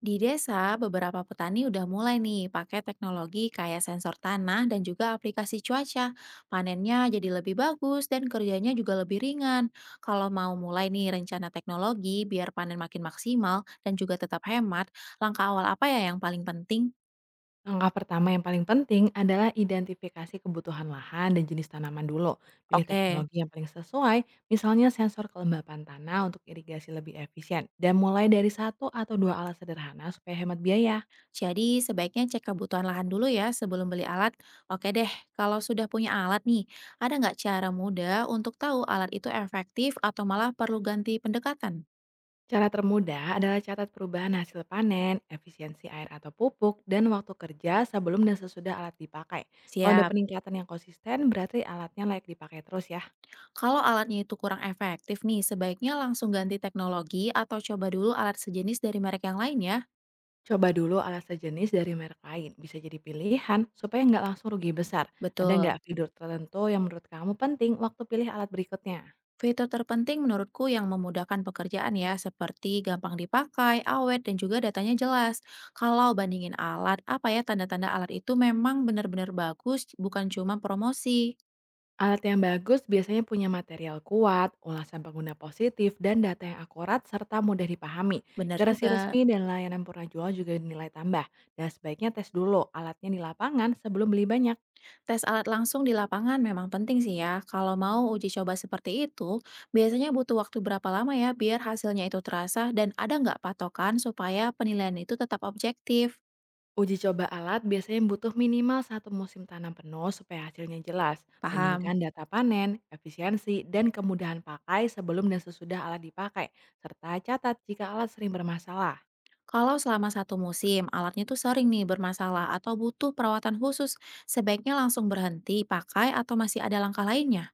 Di desa, beberapa petani udah mulai nih pakai teknologi kayak sensor tanah dan juga aplikasi cuaca. Panennya jadi lebih bagus dan kerjanya juga lebih ringan. Kalau mau mulai nih rencana teknologi biar panen makin maksimal dan juga tetap hemat, langkah awal apa ya yang paling penting? Langkah pertama yang paling penting adalah identifikasi kebutuhan lahan dan jenis tanaman dulu. Pilih Oke, teknologi yang paling sesuai, misalnya sensor kelembapan tanah untuk irigasi lebih efisien. Dan mulai dari satu atau dua alat sederhana supaya hemat biaya. jadi sebaiknya cek kebutuhan lahan dulu ya sebelum beli alat. Oke deh, kalau sudah punya alat nih, ada nggak cara mudah untuk tahu alat itu efektif atau malah perlu ganti pendekatan? Cara termudah adalah catat perubahan hasil panen, efisiensi air atau pupuk, dan waktu kerja sebelum dan sesudah alat dipakai. Kalau ada Siap. peningkatan yang konsisten, berarti alatnya layak dipakai terus ya. Kalau alatnya itu kurang efektif nih, sebaiknya langsung ganti teknologi atau coba dulu alat sejenis dari merek yang lain ya. Coba dulu alas sejenis dari merek lain, bisa jadi pilihan supaya nggak langsung rugi besar. Ada Betul. nggak fitur tertentu yang menurut kamu penting waktu pilih alat berikutnya? Fitur terpenting menurutku yang memudahkan pekerjaan ya, seperti gampang dipakai, awet, dan juga datanya jelas. Kalau bandingin alat, apa ya tanda-tanda alat itu memang benar-benar bagus, bukan cuma promosi. Alat yang bagus biasanya punya material kuat, ulasan pengguna positif, dan data yang akurat serta mudah dipahami. Benar Garansi juga. resmi dan layanan purna jual juga nilai tambah. Dan sebaiknya tes dulu alatnya di lapangan sebelum beli banyak. Tes alat langsung di lapangan memang penting sih ya. Kalau mau uji coba seperti itu, biasanya butuh waktu berapa lama ya biar hasilnya itu terasa dan ada nggak patokan supaya penilaian itu tetap objektif? Uji coba alat biasanya butuh minimal satu musim tanam penuh supaya hasilnya jelas. Paham? Bandingkan data panen, efisiensi, dan kemudahan pakai sebelum dan sesudah alat dipakai. Serta catat jika alat sering bermasalah. Kalau selama satu musim, alatnya tuh sering nih bermasalah atau butuh perawatan khusus, sebaiknya langsung berhenti pakai atau masih ada langkah lainnya?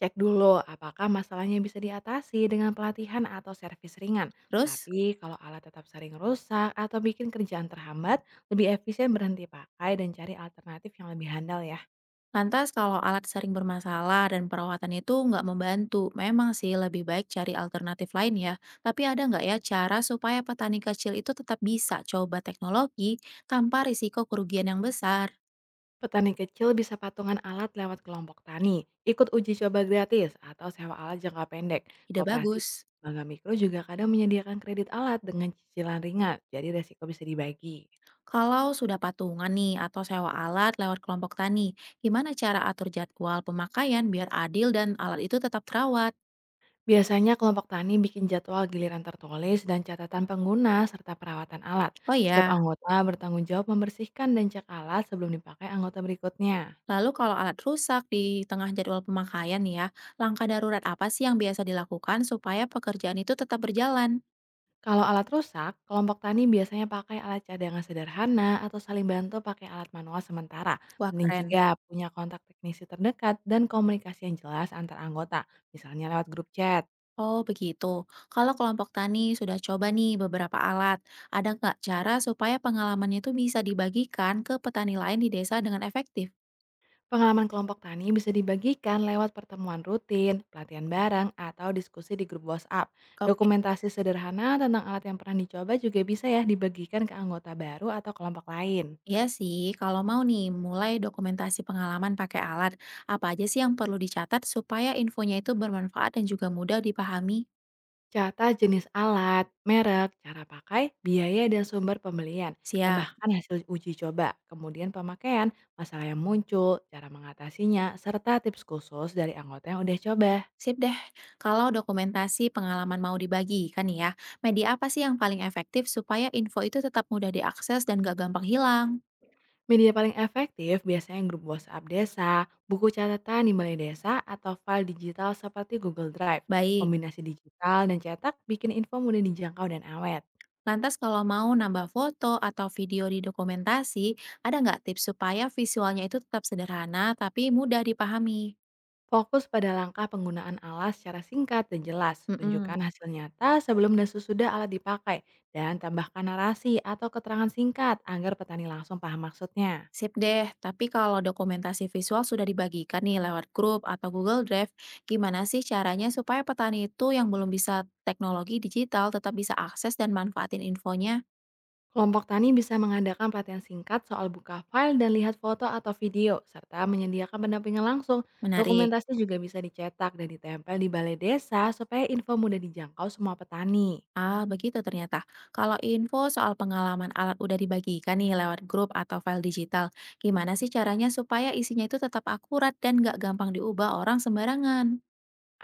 Cek dulu apakah masalahnya bisa diatasi dengan pelatihan atau servis ringan. Terus? Tapi kalau alat tetap sering rusak atau bikin kerjaan terhambat, lebih efisien berhenti pakai dan cari alternatif yang lebih handal ya. Lantas kalau alat sering bermasalah dan perawatan itu nggak membantu, memang sih lebih baik cari alternatif lain ya. Tapi ada nggak ya cara supaya petani kecil itu tetap bisa coba teknologi tanpa risiko kerugian yang besar? Petani kecil bisa patungan alat lewat kelompok tani, ikut uji coba gratis, atau sewa alat jangka pendek. Ide Koperasi bagus. lembaga mikro juga kadang menyediakan kredit alat dengan cicilan ringan, jadi resiko bisa dibagi. Kalau sudah patungan nih atau sewa alat lewat kelompok tani, gimana cara atur jadwal pemakaian biar adil dan alat itu tetap terawat? Biasanya kelompok tani bikin jadwal giliran tertulis dan catatan pengguna serta perawatan alat. Oh Setiap ya. anggota bertanggung jawab membersihkan dan cek alat sebelum dipakai anggota berikutnya. Lalu kalau alat rusak di tengah jadwal pemakaian nih ya, langkah darurat apa sih yang biasa dilakukan supaya pekerjaan itu tetap berjalan? Kalau alat rusak, kelompok tani biasanya pakai alat cadangan sederhana atau saling bantu pakai alat manual sementara. Wah Penting keren. juga punya kontak teknisi terdekat dan komunikasi yang jelas antar anggota, misalnya lewat grup chat. Oh begitu. Kalau kelompok tani sudah coba nih beberapa alat, ada nggak cara supaya pengalamannya itu bisa dibagikan ke petani lain di desa dengan efektif? Pengalaman kelompok tani bisa dibagikan lewat pertemuan rutin, pelatihan bareng, atau diskusi di grup WhatsApp. Oke. Dokumentasi sederhana tentang alat yang pernah dicoba juga bisa ya dibagikan ke anggota baru atau kelompok lain. Iya sih, kalau mau nih mulai dokumentasi pengalaman pakai alat, apa aja sih yang perlu dicatat supaya infonya itu bermanfaat dan juga mudah dipahami? Catat jenis alat, merek, cara pakai, biaya dan sumber pembelian. Siap. Tambahkan hasil uji coba, kemudian pemakaian, masalah yang muncul, cara mengatasinya, serta tips khusus dari anggota yang udah coba. Sip deh, kalau dokumentasi pengalaman mau dibagikan nih ya, media apa sih yang paling efektif supaya info itu tetap mudah diakses dan gak gampang hilang? Media paling efektif biasanya grup WhatsApp desa, buku catatan di balai desa, atau file digital seperti Google Drive. Baik, Kombinasi digital dan cetak bikin info mudah dijangkau dan awet. lantas kalau mau nambah foto atau video di dokumentasi, ada nggak tips supaya visualnya itu tetap sederhana tapi mudah dipahami? Fokus pada langkah penggunaan alat secara singkat dan jelas. Tunjukkan Mm-mm. hasil nyata sebelum dan sesudah alat dipakai. Dan tambahkan narasi atau keterangan singkat agar petani langsung paham maksudnya. Sip deh, tapi kalau dokumentasi visual sudah dibagikan nih lewat grup atau Google Drive, gimana sih caranya supaya petani itu yang belum bisa teknologi digital tetap bisa akses dan manfaatin infonya? Kelompok tani bisa mengadakan pelatihan singkat soal buka file dan lihat foto atau video, serta menyediakan pendampingan langsung. Menarik. Dokumentasi juga bisa dicetak dan ditempel di balai desa supaya info mudah dijangkau semua petani. Ah, begitu ternyata. Kalau info soal pengalaman alat udah dibagikan nih lewat grup atau file digital, gimana sih caranya supaya isinya itu tetap akurat dan nggak gampang diubah orang sembarangan?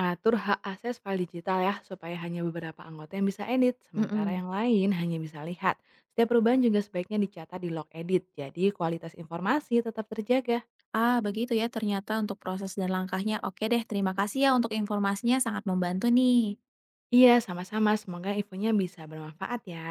Atur hak akses file digital ya, supaya hanya beberapa anggota yang bisa edit, sementara Mm-mm. yang lain hanya bisa lihat. Setiap perubahan juga sebaiknya dicatat di log edit, jadi kualitas informasi tetap terjaga. Ah, begitu ya ternyata untuk proses dan langkahnya. Oke deh, terima kasih ya untuk informasinya sangat membantu nih. Iya, sama-sama. Semoga infonya bisa bermanfaat ya.